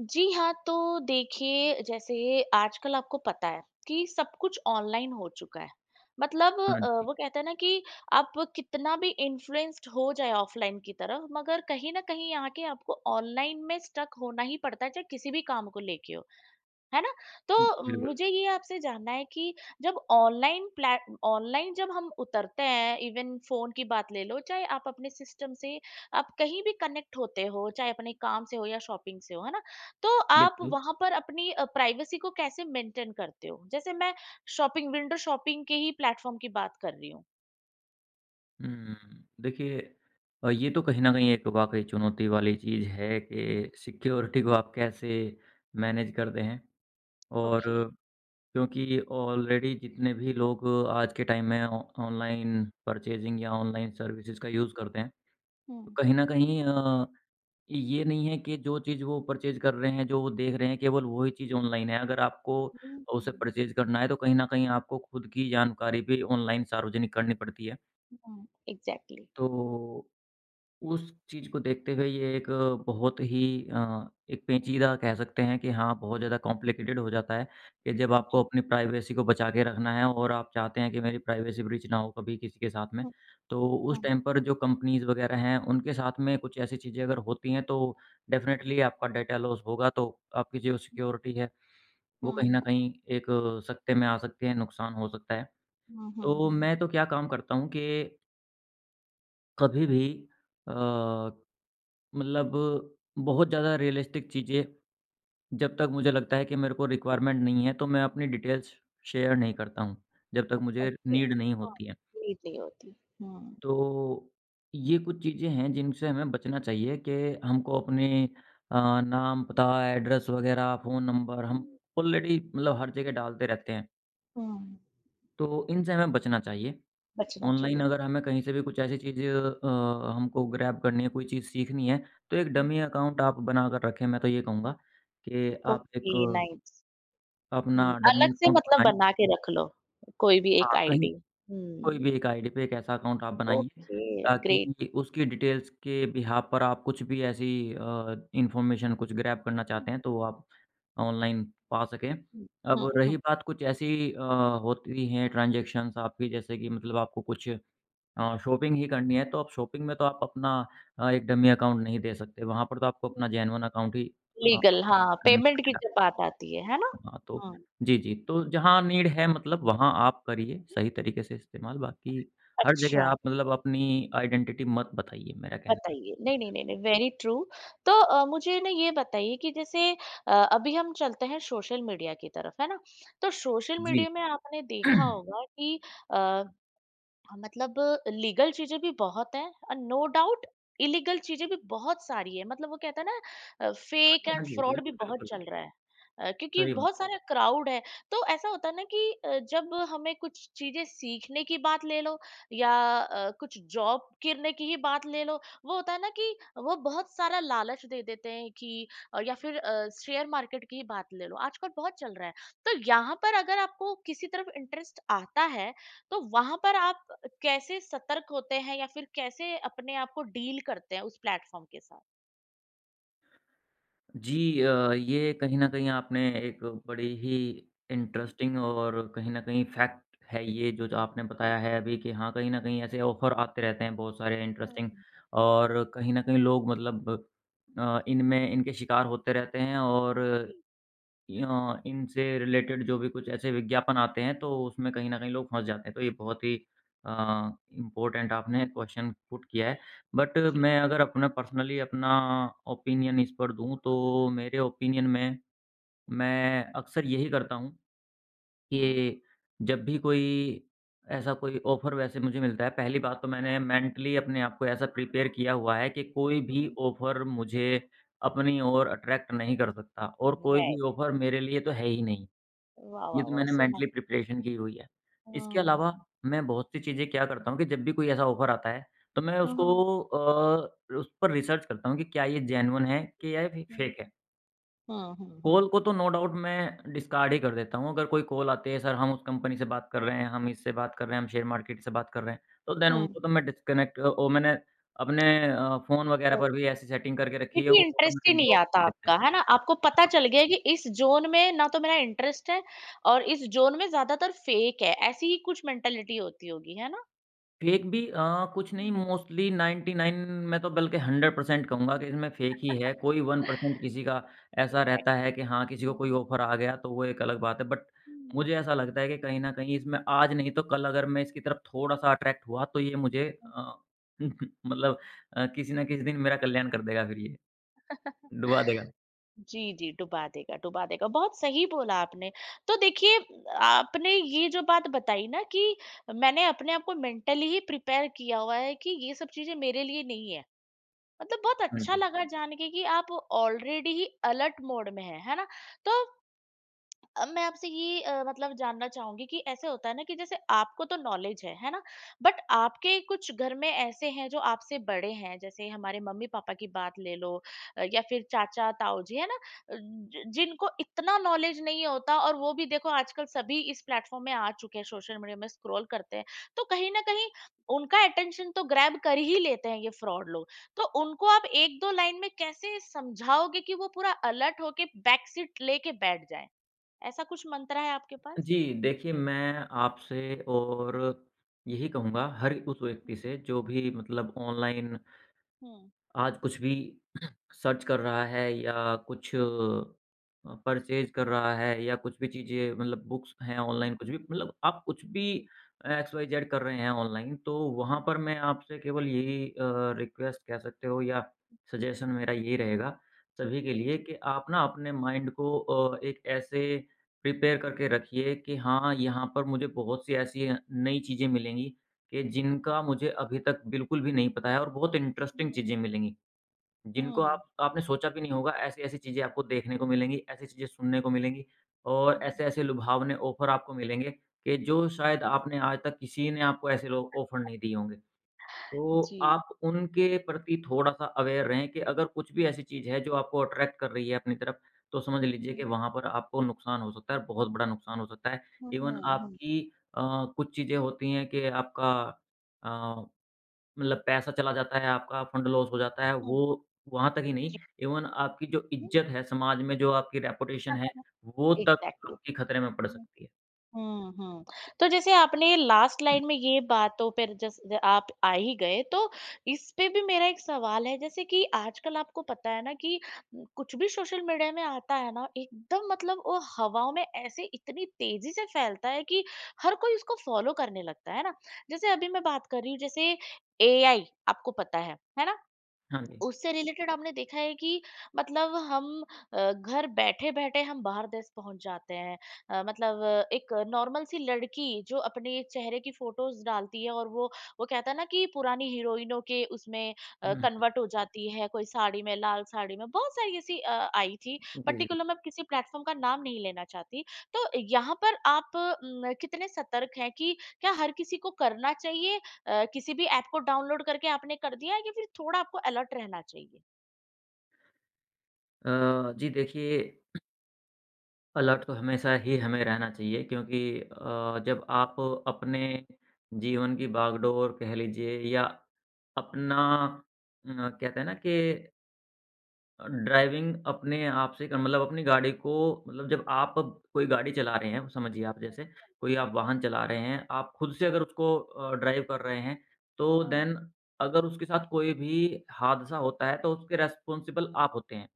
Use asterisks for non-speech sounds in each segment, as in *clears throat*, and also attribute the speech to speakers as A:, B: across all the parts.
A: जी हाँ, तो देखिए जैसे आजकल आपको पता है कि सब कुछ ऑनलाइन हो चुका है। मतलब
B: हाँ जी,
A: वो कहते हैं ना कि आप कितना भी इन्फ्लुएंस्ड हो जाए ऑफलाइन की तरफ मगर कहीं न कहीं आके आपको ऑनलाइन में स्टक होना ही पड़ता है, चाहे किसी भी काम को लेके हो। है ना? तो
B: बिल्कुल,
A: मुझे ये आपसे जानना है कि जब ऑनलाइन जब हम उतरते हैं, इवन फ़ोन की बात ले लो, चाहे आप अपने सिस्टम से आप कहीं भी कनेक्ट होते हो, चाहे अपने काम से हो या शॉपिंग से हो, है ना? तो आप
B: बिल्कुल।
A: वहाँ पर अपनी प्राइवेसी को कैसे मेंटेन करते हो? जैसे मैं शॉपिंग विंडो शॉपिंग के ही प्लेटफ़ॉर्म की बात कर रही हूँ।
B: हुँ, देखिए, ये तो कहीं न कहीं एक वाक़ई चुनौती वाली चीज़ है
A: हुँ।
B: कि सिक्योरिटी को आप कैसे मैनेज करते हैं और
A: ओके।
B: क्योंकि ऑलरेडी जितने भी लोग आज के टाइम में ऑ ऑनलाइन
A: हुँ,
B: परचेज़िंग या ऑनलाइन सर्विसेज़ का यूज़ करते हैं,
A: हुँ,
B: तो
A: हुँ।
B: कहीं न कहीं ये नहीं है कि जो चीज़ वो परचेज़ कर रहे हैं, जो वो देख रहे हैं, केवल वही चीज़ ऑनलाइन है। अगर आपको
A: हुँ,
B: उसे
A: हुँ,
B: परचेज़ करना है, तो कहीं न कहीं आपको खुद की जानकारी भी ऑनलाइन सार्वजनिक करनी पड़ती है।
A: हुँ, एग्ज़ैक्टली।
B: तो उस चीज़ को देखते हुए ये एक बहुत ही एक पेचीदा कह सकते हैं कि हाँ, बहुत ज़्यादा कॉम्प्लिकेटेड हो जाता है कि जब
A: जी।
B: आपको अपनी प्राइवेसी को बचा के रखना है और आप चाहते हैं कि मेरी प्राइवेसी ब्रीच ना हो कभी किसी के साथ में।
A: हुँ,
B: तो उस
A: हुँ,
B: टाइम पर जो कंपनीज़ वग़ैरह हैं, उनके साथ में कुछ ऐसी चीज़ें अगर होती हैं तो डेफ़िनेटली आपका डाटा लॉस होगा, तो आपकी जो
A: हुँ,
B: सिक्योरिटी है, वो कहीं न कहीं एक सकते में आ सकती है, नुकसान हो सकता है।
A: हुँ, हुँ,
B: तो
A: हुँ।
B: मैं तो क्या काम करता हूँ कि कभी भी अ मतलब बहुत ज़्यादा रियलिस्टिक चीज़ें जब तक मुझे लगता है कि मेरे को रिक्वायरमेंट नहीं है, तो मैं अपनी डिटेल्स शेयर नहीं करता हूँ, जब तक मुझे
A: ओके,
B: नीड नहीं
A: हाँ,
B: होती है।
A: नीड नहीं होती। हुँ।
B: तो ये कुछ चीज़ें हैं जिनसे हमें बचना चाहिए कि हमको अपने अ, नाम, पता, एड्रेस वग़ैरह, फ़ोन नंबर हम ऑलरेडी मतलब हर जगह डालते रहते हैं,
A: हुँ,
B: तो इनसे हमें बचना चाहिए।
A: बचना
B: ऑनलाइन
A: चाहिए।
B: अगर हमें कहीं से भी कुछ ऐसी चीज़ हमको ग्रैब करनी है, कोई चीज़ सीखनी है, तो एक डमी अकाउंट आप बनाकर रखें, मैं तो ये कहूँगा कि आप
A: ओके,
B: एक
A: नाइस।
B: अपना
A: हुँ, अलग
B: डमी
A: से
B: अकाउंट
A: मतलब
B: बनाएँ।
A: बना के रख लो, कोई भी
B: हाँ,
A: एक
B: कहीं
A: आईडी।
B: कोई
A: हुँ,
B: भी एक आईडी पे एक ऐसा अकाउंट आप बनाइए,
A: ओके, ग्रेट।
B: ताकि उसकी डिटेल्स के बिहाफ़ पर आप कुछ भी ऐसी इन्फॉर्मेशन कुछ ग्रैब करना चाहते हैं, तो वो आप ऑनलाइन पा सकें।
A: हुँ,
B: अब
A: हुँ,
B: रही
A: हुँ।
B: बात कुछ ऐसी होती हैं ट्रांज़ैक्शंस आपकी जैसे कि मतलब आपको कुछ हाँ, शॉपिंग ही करनी है तो आप शॉपिंग में तो आप अपना एक डमी अकाउंट नहीं दे सकते, वहाँ पर तो आपको अपना जेन्युइन अकाउंट ही
A: लीगल हाँ,
B: करना
A: पेमेंट की
B: पड़ेगा।
A: जब बात आती है ना?
B: हाँ, तो
A: हुँ,
B: जी, जी, तो जहाँ नीड है मतलब वहाँ आप करिए सही तरीके से इस्तेमाल, बाकी हर
A: अच्छा।
B: जगह आप मतलब अपनी आइडेंटिटी मत बताइए, मेरा कहना है।
A: बताइए। नहीं, नहीं, नहीं, नहीं, वेरी ट्रू। तो मुझे ना ये बताइए कि जैसे अभी हम चलते हैं सोशल मीडिया की तरफ, है ना? तो सोशल
B: जी।
A: मीडिया में आपने देखा
B: *clears throat*
A: होगा कि अ, हाँ, मतलब लीगल चीजें भी बहुत हैं और नो डाउट इलीगल चीजें भी बहुत सारी है मतलब वो कहता है ना
B: हाँ
A: फेक
B: जी, हाँ
A: एंड
B: जी,
A: फ्रॉड भी
B: बिल्कुल,
A: बहुत चल
B: बिल्कुल,
A: रहा है क्योंकि
B: सही बात।
A: बहुत सारा क्राउड है तो ऐसा होता है ना कि जब हमें कुछ चीजें सीखने की बात ले लो या कुछ जॉब करने की ही बात ले लो वो होता है ना कि वो बहुत सारा लालच दे देते हैं कि या फिर शेयर मार्केट की ही बात ले लो आजकल बहुत चल रहा है तो यहाँ पर अगर आपको किसी तरफ इंटरेस्ट आता है तो वहां पर आप कैसे सतर्क होते हैं या फिर कैसे अपने आप को डील करते हैं उस प्लेटफॉर्म के साथ?
B: जी ये कहीं न कहीं आपने एक बड़ी ही इंटरेस्टिंग और कहीं न कहीं फैक्ट है ये जो जो आपने
A: जी।
B: बताया है अभी कि हाँ, कहीं न कहीं ऐसे ऑफ़र आते रहते हैं बहुत सारे इंटरेस्टिंग
A: हुँ,
B: और कहीं न कहीं लोग मतलब इनमें इनके शिकार होते रहते हैं और
A: जी।
B: इनसे रिलेटेड जो भी कुछ ऐसे विज्ञापन आते हैं, तो उसमें
A: हुँ,
B: कहीं न कहीं लोग फँस जाते हैं। तो ये बहुत ही अ, इम्पोर्टेंट आपने क्वेश्चन पुट किया है। बट
A: जी।
B: मैं अगर अपना पर्सनली अपना ओपिनियन इस पर दूँ, तो मेरे ओपिनियन में मैं अक्सर यही करता हूँ
A: हाँ।
B: कि जब भी कोई ऐसा कोई ऑफ़र वैसे मुझे मिलता है, पहली बात तो मैंने मेंटली अपने आप को ऐसा प्रिपेयर किया हुआ है कि कोई भी ऑफ़र मुझे अपनी ओर अट्रैक्ट नहीं कर सकता और कोई
A: राइट।
B: भी ऑफ़र मेरे लिए तो है ही नहीं।
A: वाह,
B: ये
A: वाह,
B: तो
A: वाह!
B: मैंने
A: सो
B: मेंटली
A: नाइस।
B: प्रिपरेशन की हुई है। इसके
A: हुँ,
B: अलावा
A: हुँ।
B: मैं बहुत सी चीज़ें क्या करता हूँ कि जब भी कोई ऐसा ऑफ़र आता है, तो मैं
A: हुँ, हुँ, हुँ।
B: उसको उस पर रिसर्च करता हूँ कि क्या ये जेन्युइन है कि या ये फेक है।
A: हुँ, हुँ, हुँ।
B: कॉल को तो नो डाउट मैं डिस्कार्ड ही कर देता हूँ। अगर कोई कॉल आती है, "सर, हम उस कंपनी से बात कर रहे हैं, हम इससे बात
A: हुँ,
B: कर रहे हैं, हम शेयर मार्केट से बात कर रहे हैं।" तो देन
A: हुँ।
B: उनको तो मैं डिस्कनेक्ट और मैंने अपने फ़ोन वगैरह
A: हुँ,
B: पर भी ऐसी सेटिंग करके रखी है,
A: क्योंकि
B: वो
A: इंटरेस्ट ही
B: ऑटोमेटिक
A: नहीं
B: ब्लॉक
A: आता
B: कर देता
A: आपका,
B: है।
A: है ना? आपको पता चल गया कि इस ज़ोन में ना तो मेरा इंटरेस्ट है और इस ज़ोन में ज़्यादातर फेक है, ऐसी ही कुछ मेंटालिटी होती होगी, है ना?
B: फेक भी कुछ नहीं
A: हुँ।
B: मोस्टली 99 मैं तो बल्कि 100% कहूँगा कि इसमें फेक ही है, कोई
A: *laughs*
B: 1% किसी का ऐसा रहता
A: एग्ज़ैक्टली।
B: है कि हाँ, किसी को कोई
A: हुँ,
B: ऑफ़र आ गया तो वो एक अलग बात है। बट
A: हुँ।
B: मुझे ऐसा लगता है कि कहीं न कहीं इसमें आज नहीं तो कल अगर मैं इसकी तरफ थोड़ा-सा अट्रैक्ट हुआ तो ये मुझे *laughs* मतलब, किसी न किसी दिन मेरा कल्याण कर देगा फिर ये,
A: *laughs*
B: डुबा देगा।
A: जी, जी, डुबा देगा, डुबा देगा। बहुत सही बोला आपने। तो देखिए आपने ये जो बात बताई ना कि मैंने अपने आप को मेंटली ही प्रिपेयर किया हुआ है कि ये सब चीज़ें मेरे लिए नहीं है। मतलब बहुत
B: हाँ
A: अच्छा
B: जी।
A: लगा जान के कि आप ऑलरेडी ही अलर्ट मोड में हैं, है ना? तो अब मैं आपसे ये मतलब जानना चाहूंगी कि ऐसे होता है ना कि जैसे आपको तो नॉलेज है ना बट आपके कुछ घर में ऐसे हैं जो आपसे बड़े हैं जैसे हमारे मम्मी पापा की बात ले लो या फिर चाचा ताऊ जी है ना जिनको इतना नॉलेज नहीं होता और वो भी देखो आजकल सभी इस प्लेटफॉर्म में आ चुके हैं सोशल मीडिया में स्क्रॉल करते हैं तो कहीं ना कहीं उनका अटेंशन तो ग्रैब कर ही लेते हैं ये फ्रॉड लोग तो उनको आप एक दो लाइन में कैसे समझाओगे कि वो पूरा अलर्ट होके बैक सीट लेके बैठ जाए ऐसा कुछ मंत्रा है आपके पास?
B: जी, देखिए मैं आपसे और यही कहूँगा हर उस व्यक्ति से जो भी मतलब ऑनलाइन
A: हुँ।
B: आज कुछ भी *clears throat* सर्च कर रहा है या कुछ परचेज़ कर रहा है या कुछ भी चीज़ें मतलब बुक्स हैं
A: हुँ।
B: ऑनलाइन कुछ भी मतलब आप कुछ भी
A: जी।
B: एक्स वाई जेड कर रहे हैं ऑनलाइन, तो वहाँ
A: हुँ।
B: पर मैं आपसे केवल यही रिक्वेस्ट कह सकते हो या सजेशन मेरा यही रहेगा सभी
A: जी,
B: के
A: जी,
B: लिए
A: जी।
B: कि आप ना अपने माइंड को एक ऐसे प्रिपेयर करके रखिए कि हाँ, यहाँ पर मुझे बहुत सी ऐसी नई चीज़ें मिलेंगी कि जिनका मुझे अभी तक बिल्कुल भी नहीं पता है और बहुत इंटरेस्टिंग
A: हुँ।
B: चीज़ें मिलेंगी। जिनको
A: हुँ।
B: आप आपने सोचा भी नहीं होगा, ऐसी-ऐसी चीज़ें आपको देखने को मिलेंगी, ऐसी चीज़ें सुनने को मिलेंगी और
A: हुँ।
B: ऐसे-ऐसे लुभावने ऑफ़र आपको मिलेंगे कि जो शायद आपने आज तक किसी ने आपको ऐसे लो ऑफ़र नहीं दिए होंगे। तो
A: जी।
B: आप उनके प्रति थोड़ा-सा अवेयर रहें कि अगर कुछ भी ऐसी चीज़ है जो आपको अट्रैक्ट कर रही है अपनी तरफ, तो समझ लीजिए कि
A: हुँ,
B: वहाँ पर आपको नुकसान हो सकता है, बहुत बड़ा नुकसान हो सकता है।
A: हुँ,
B: इवन
A: हुँ,
B: आपकी अ, कुछ चीज़ें होती हैं कि आपका अ मतलब पैसा चला जाता है आपका, फंड लॉस हो जाता है,
A: हुँ,
B: वो वहाँ तक ही नहीं,
A: जी।
B: इवन आपकी जो इज़्ज़त है समाज में, जो आपकी रेपुटेशन है, वो तक
A: एग्ज़ैक्टली।
B: आपके खतरे में पड़
A: *laughs*
B: सकती है।
A: हुँ, हुँ। तो जैसे आपने लास्ट लाइन में ये बातों पर जस ज आप आ ही गए, तो इस पे भी मेरा एक सवाल है जैसे कि आजकल आपको पता है ना कि कुछ भी सोशल मीडिया में आता है ना, एकदम मतलब वो हवाओं में ऐसे इतनी तेज़ी से फैलता है कि हर कोई उसको फ़ॉलो करने लगता है ना? जैसे अभी मैं बात कर रही हूँ जैसे एआई आपको पता है ना?
B: हाँ जी।
A: उससे रिलेटेड आपने देखा है कि मतलब घर बैठे-बैठे हम बाहर देश पहुँच जाते हैं। मतलब एक नॉर्मल सी लड़की जो अपने चेहरे की फ़ोटोज़ डालती है और वो कहता है ना कि पुरानी हीरोइनों के उसमें
B: हुँ, हुँ।
A: कन्वर्ट हो जाती है, कोई साड़ी में, लाल साड़ी में, बहुत सारी ऐसी आई थी।
B: जी, जी।
A: पर्टिकुलर मैं किसी प्लेटफ़ॉर्म का नाम नहीं लेना चाहती। तो यहाँ पर आप कितने सतर्क हैं कि क्या हर किसी को करना चाहिए किसी भी ऐप को डाउनलोड करके आपने कर दिया है या फिर थोड़ा आपको अलर्ट रहना चाहिए?
B: जी देखिए, अलर्ट तो हमेशा ही हमें रहना चाहिए क्योंकि जब आप अपने जीवन की बागडोर कह लीजिए या अपना कहते हैं ना कि ड्राइविंग अपने आप से कर मतलब अपनी गाड़ी को मतलब जब आप कोई गाड़ी चला रहे हैं, समझिए आप जैसे कोई आप वाहन चला रहे हैं, आप खुद से अगर उसको ड्राइव कर रहे हैं, तो
A: हाँ।
B: देन अगर उसके साथ कोई भी हादसा होता है, तो उसके रिस्पॉन्सिबल आप होते हैं।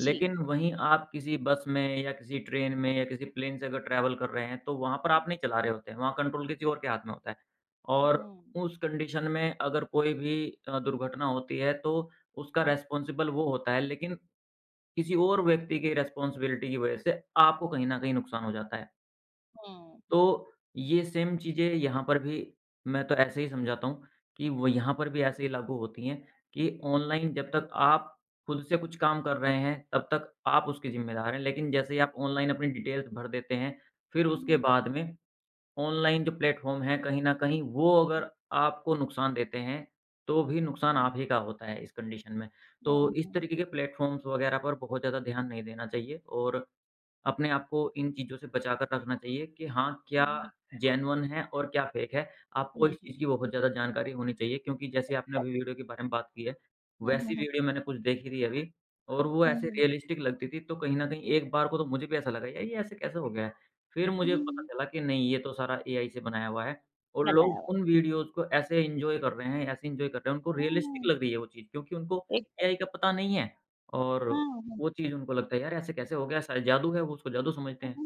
A: जी।
B: लेकिन वहीं आप किसी बस में या किसी ट्रेन में या किसी प्लेन से अगर ट्रैवल कर रहे हैं, तो वहाँ पर आप
A: हुँ,
B: नहीं चला रहे होते हैं, वहाँ कंट्रोल किसी और के हाथ में होता है। और
A: हुँ।
B: उस कंडीशन में अगर कोई भी दुर्घटना होती है, तो उसका
A: हुँ।
B: रिस्पॉन्सिबल वो होता है, लेकिन किसी और व्यक्ति की रिस्पॉन्सिबिलिटी की वजह से आपको कहीं न कहीं नुकसान हो जाता है।
A: हुँ।
B: तो ये सेम चीज़ें यहाँ पर भी मैं तो ऐसे ही समझाता हूँ कि वो यहाँ पर भी ऐसे ही लागू होती हैं कि ऑनलाइन जब तक आप खुद से कुछ काम कर रहे हैं, तब तक आप उसके ज़िम्मेदार हैं। लेकिन जैसे ही आप ऑनलाइन अपनी डिटेल्स भर देते हैं, फिर
A: हुँ,
B: उसके
A: हुँ।
B: बाद में ऑनलाइन जो प्लेटफ़ॉर्म हैं कहीं न कहीं वो अगर आपको नुकसान देते हैं, तो भी नुकसान आप ही का होता है इस कंडीशन में। तो
A: हुँ,
B: इस
A: हुँ।
B: तरीके के प्लेटफ़ॉर्म्स वग़ैरह पर बहुत ज़्यादा ध्यान नहीं देना चाहिए और अपने आप को इन चीज़ों से बचा कर रखना चाहिए कि हाँ, क्या
A: हुँ, हुँ,
B: जेन्युइन है और क्या फ़ेक है। आपको इस
A: हुँ।
B: चीज़ की बहुत ज़्यादा जानकारी होनी चाहिए क्योंकि जैसे आपने अभी वीडियो के बारे में बात की है,
A: हुँ, हुँ, हुँ,
B: वैसी
A: हुँ,
B: वीडियो मैंने कुछ देखी थी अभी और वो
A: हुँ,
B: ऐसे
A: हुँ,
B: रियलिस्टिक लगती थी तो कहीं न कहीं एक बार को तो मुझे भी ऐसा लगा यार ये ऐसे कैसे हो गया है? फिर
A: हुँ,
B: मुझे पता
A: हुँ,
B: चला कि नहीं ये तो सारा एआई से बनाया हुआ है और लोग
A: बनाया हुआ।
B: उन वीडियोज़ को ऐसे एन्जॉय कर रहे हैं ऐसे एन्जॉय कर रहे हैं, उनको रियलिस्टिक
A: हुँ।
B: लग रही है वो चीज़ क्योंकि उनको एआई का
A: एग्ज़ैक्टली।
B: पता नहीं है और
A: हाँ, हाँ।
B: वो चीज़ उनको लगता है यार ऐसे कैसे हो गया शायद जादू है वो उसको जादू समझते हैं।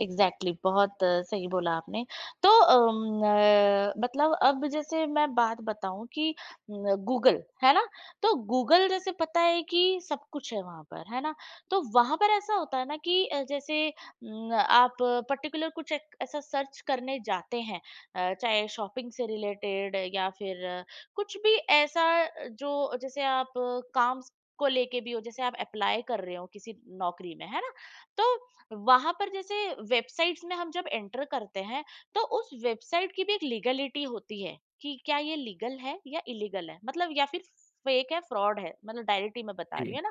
A: एग्ज़ैक्टली बहुत सही बोला आपने। तो मतलब अब जैसे मैं बात बताऊँ कि न गूगल, है ना? तो गूगल जैसे पता है कि सब कुछ है वहाँ पर, है ना? तो वहाँ पर ऐसा होता है ना कि जैसे न आप पर्टिकुलर कुछ एक ऐसा सर्च करने जाते हैं चाहे शॉपिंग से रिलेटेड या फिर कुछ भी ऐसा जो जैसे आप काम को लेके भी हो, जैसे आप एप्लाई कर रहे हो किसी नौकरी में, है ना? तो वहाँ पर जैसे वेबसाइट्स में हम जब एंटर करते हैं तो उस वेबसाइट की भी एक लीगलिटी होती है कि क्या ये लीगल है या इलीगल है मतलब या फिर फेक है फ्रॉड है मतलब डायरेक्टली मैं बता रही
B: जी।
A: हूँ है ना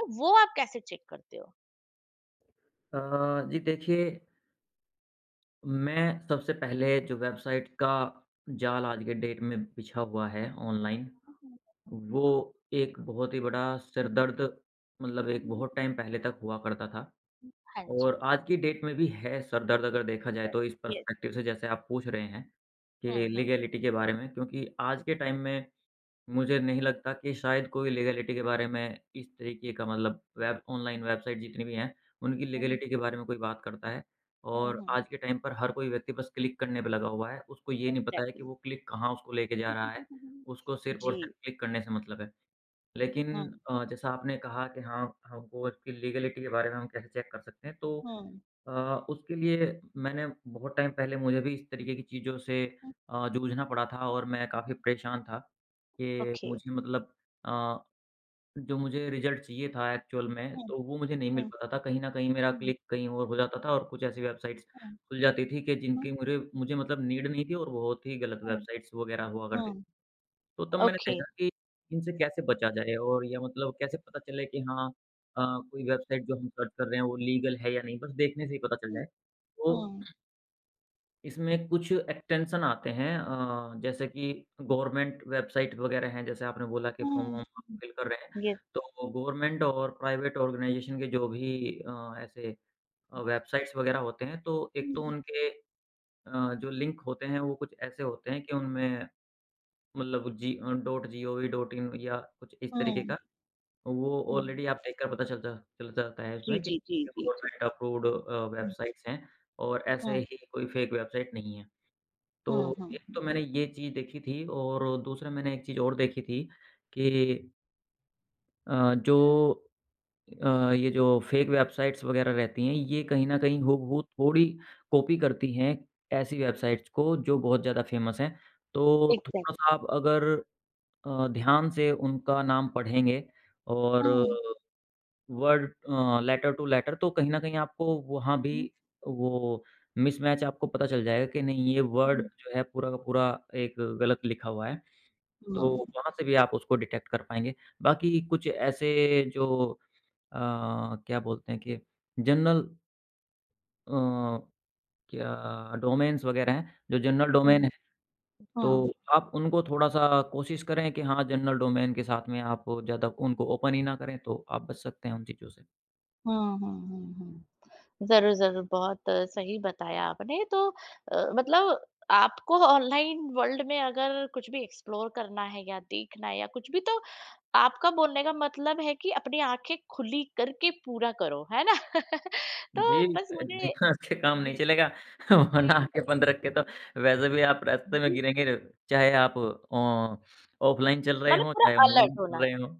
A: तो वो आप कैसे चेक करते हो?
B: अ, जी देखिए, मैं सबसे पहले जो वेबसाइट का जाल आज के डेट में बिछा हुआ है ऑनलाइन,
A: हम्म,
B: वो एक बहुत ही बड़ा सिरदर्द मतलब एक
A: हम्म,
B: बहुत टाइम पहले तक हुआ करता था
A: हाँ जी।
B: और आज की डेट में भी है सिरदर्द अगर देखा जाए तो इस
A: यस।
B: पर्सपेक्टिव से जैसे आप पूछ रहे हैं कि
A: हम्म, हम्म,
B: लीगैलिटी के बारे में क्योंकि आज के टाइम में मुझे नहीं लगता कि शायद कोई लीगैलिटी के बारे में इस तरीके का मतलब वेब ऑनलाइन वेबसाइट जितनी भी हैं, उनकी
A: हम्म,
B: लीगैलिटी के बारे में कोई बात करता है और
A: हम्म,
B: आज के टाइम पर हर कोई व्यक्ति बस क्लिक करने पे लगा हुआ है। उसको ये नहीं पता है कि
A: एग्जैक्टली।
B: वो क्लिक कहाँ उसको लेके जा रहा है। उसको सिर्फ़ और
A: जी।
B: सिर्फ़ क्लिक करने से मतलब है। लेकिन
A: हम्म,
B: जैसा आपने कहा कि हाँ, हमको इसकी लीगैलिटी के बारे में हम कैसे चेक कर सकते हैं, तो
A: हम्म।
B: अ, उसके लिए मैंने बहुत टाइम पहले मुझे भी इस तरीके की चीज़ों से जूझना पड़ा था और मैं काफ़ी परेशान था कि
A: ओके।
B: मुझे मतलब अ, जो मुझे रिज़ल्ट चाहिए था एक्चुअल में,
A: हम्म,
B: तो वो मुझे नहीं मिल
A: हम्म,
B: पाता था। कहीं न कहीं मेरा
A: हम्म,
B: क्लिक कहीं और हो जाता था और कुछ ऐसी वेबसाइट्स
A: हम्म,
B: खुल जाती थी कि
A: हम्म,
B: जिनकी मुझे मुझे मतलब नीड नहीं थी और बहुत ही गलत वेबसाइट्स वग़ैरह हुआ करती
A: हम्म।
B: थी। तो तब मैंने
A: ओके।
B: देखा कि इनसे कैसे बचा जाए और या मतलब कैसे पता चले कि हाँ अ, कोई वेबसाइट जो हम सर्च कर रहे हैं वो लीगल है या नहीं, बस देखने से ही पता चल
A: हम्म,
B: जाए। तो
A: हम्म।
B: इसमें कुछ एक्सटेंशन आते हैं जैसे कि गवर्नमेंट वेबसाइट वगैरह हैं, जैसे आपने बोला कि
A: हुँ,
B: फॉर्म-वॉर्म आप
A: हुँ,
B: फिल कर रहे हैं,
A: यस।
B: तो गवर्नमेंट और प्राइवेट ऑर्गेनाइजेशन के जो भी ऐसे वेबसाइट्स वगैरह होते हैं, तो एक तो
A: हुँ,
B: उनके जो लिंक होते हैं वो कुछ ऐसे होते हैं कि उनमें मतलब जी डॉट जीओवी डॉट इन या कुछ इस तरीके
A: हुँ,
B: का, वो
A: हुँ।
B: ऑलरेडी आप देखकर पता चल जाता है
A: जी,
B: उसमें कि
A: जी, जी,
B: ये
A: जी, जी।
B: गवर्नमेंट अप्रूव्ड
A: हुँ,
B: वेबसाइट्स हैं और ऐसे
A: हुँ,
B: ही कोई फेक वेबसाइट नहीं है। तो
A: हुँ, हुँ,
B: एक
A: हुँ।
B: तो मैंने ये चीज़ देखी थी और दूसरा मैंने एक चीज़ और देखी थी कि जो ये जो फेक वेबसाइट्स वगैरह रहती हैं, ये कहीं न कहीं हूबहू थोड़ी कॉपी करती हैं ऐसी वेबसाइट्स को जो बहुत ज़्यादा फ़ेमस हैं। तो
A: एग्ज़ैक्ट।
B: थोड़ा-सा आप अगर ध्यान से उनका नाम पढ़ेंगे और
A: हुँ,
B: वर्ड लेटर टू लेटर तो कहीं न कहीं आपको वहाँ भी
A: हुँ,
B: वो मिसमैच आपको पता चल जाएगा कि नहीं ये वर्ड
A: हुँ,
B: जो है पूरा का पूरा एक गलत लिखा हुआ है। तो
A: हुँ,
B: वहाँ से भी आप उसको डिटेक्ट कर पाएँगे। बाकी कुछ ऐसे जो अ, क्या बोलते हैं कि जनरल अ, क्या डोमेन्स वग़ैरह हैं, जो जनरल
A: हुँ,
B: डोमेन तो
A: हाँ,
B: आप उनको थोड़ा-सा कोशिश करें कि हाँ, जनरल डोमेन के साथ में आप ज़्यादा उनको ओपन ही ना करें, तो आप बच सकते हैं उन चीज़ों से।
A: हाँ, हाँ, हाँ, हाँ। ज़रूर, ज़रूर, बहुत सही बताया आपने। तो मतलब आपको ऑनलाइन वर्ल्ड में अगर कुछ भी एक्सप्लोर करना है या देखना है या कुछ भी, तो आपका बोलने का मतलब है कि अपनी आँखें खुली करके पूरा करो, है ना? *laughs*
B: जी,
A: तो बस मुझे
B: बिना उसके काम नहीं
A: जी,
B: चलेगा *laughs* वरना
A: जी, जी।
B: आँखें बंद रख के तो वैसे भी आप रास्ते में गिरेंगे, चाहे आप ऑफ़लाइन चल रहे
A: मतलब
B: हों,
A: पूरा
B: चाहे
A: अलर्ट
B: ऑनलाइन
A: होना
B: चल रहे
A: है।
B: हों।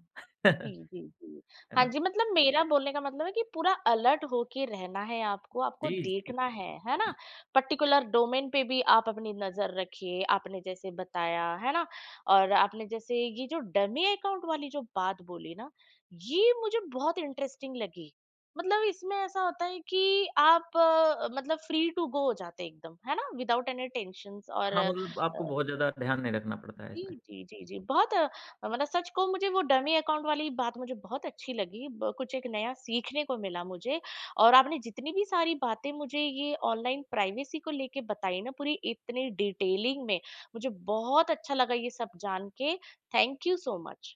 A: जी,
B: *laughs*
A: जी, जी।
B: है
A: हाँ
B: ना?
A: जी, मतलब मेरा बोलने का मतलब है कि पूरा अलर्ट होके रहना है आपको,
B: जी,
A: आपको
B: जी।
A: देखना है ना? पर्टिकुलर डोमेन पे भी आप अपनी नज़र रखिए, आपने जैसे बताया, है ना? और आपने जैसे ये जो डमी अकाउंट वाली जो बात बोली ना, ये मुझे बहुत इंटरेस्टिंग लगी। मतलब इसमें ऐसा होता है कि आप मतलब फ्री टू गो हो जाते हैं एकदम, है ना? विदाउट एनी टेंशन्स
B: हाँ, मतलब आपको बहुत ज़्यादा ध्यान नहीं रखना पड़ता है
A: जी,
B: इसमें।
A: जी, जी, जी। बहुत मतलब सच कहूँ मुझे वो डमी अकाउंट वाली बात मुझे बहुत अच्छी लगी। ब कुछ एक नया सीखने को मिला मुझे और आपने जितनी भी सारी बातें मुझे ये ऑनलाइन प्राइवेसी को लेके बताई ना पूरी इतनी डिटेलिंग में, मुझे बहुत अच्छा लगा ये सब जान के। Thank you so much.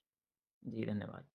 B: जी, धन्यवाद।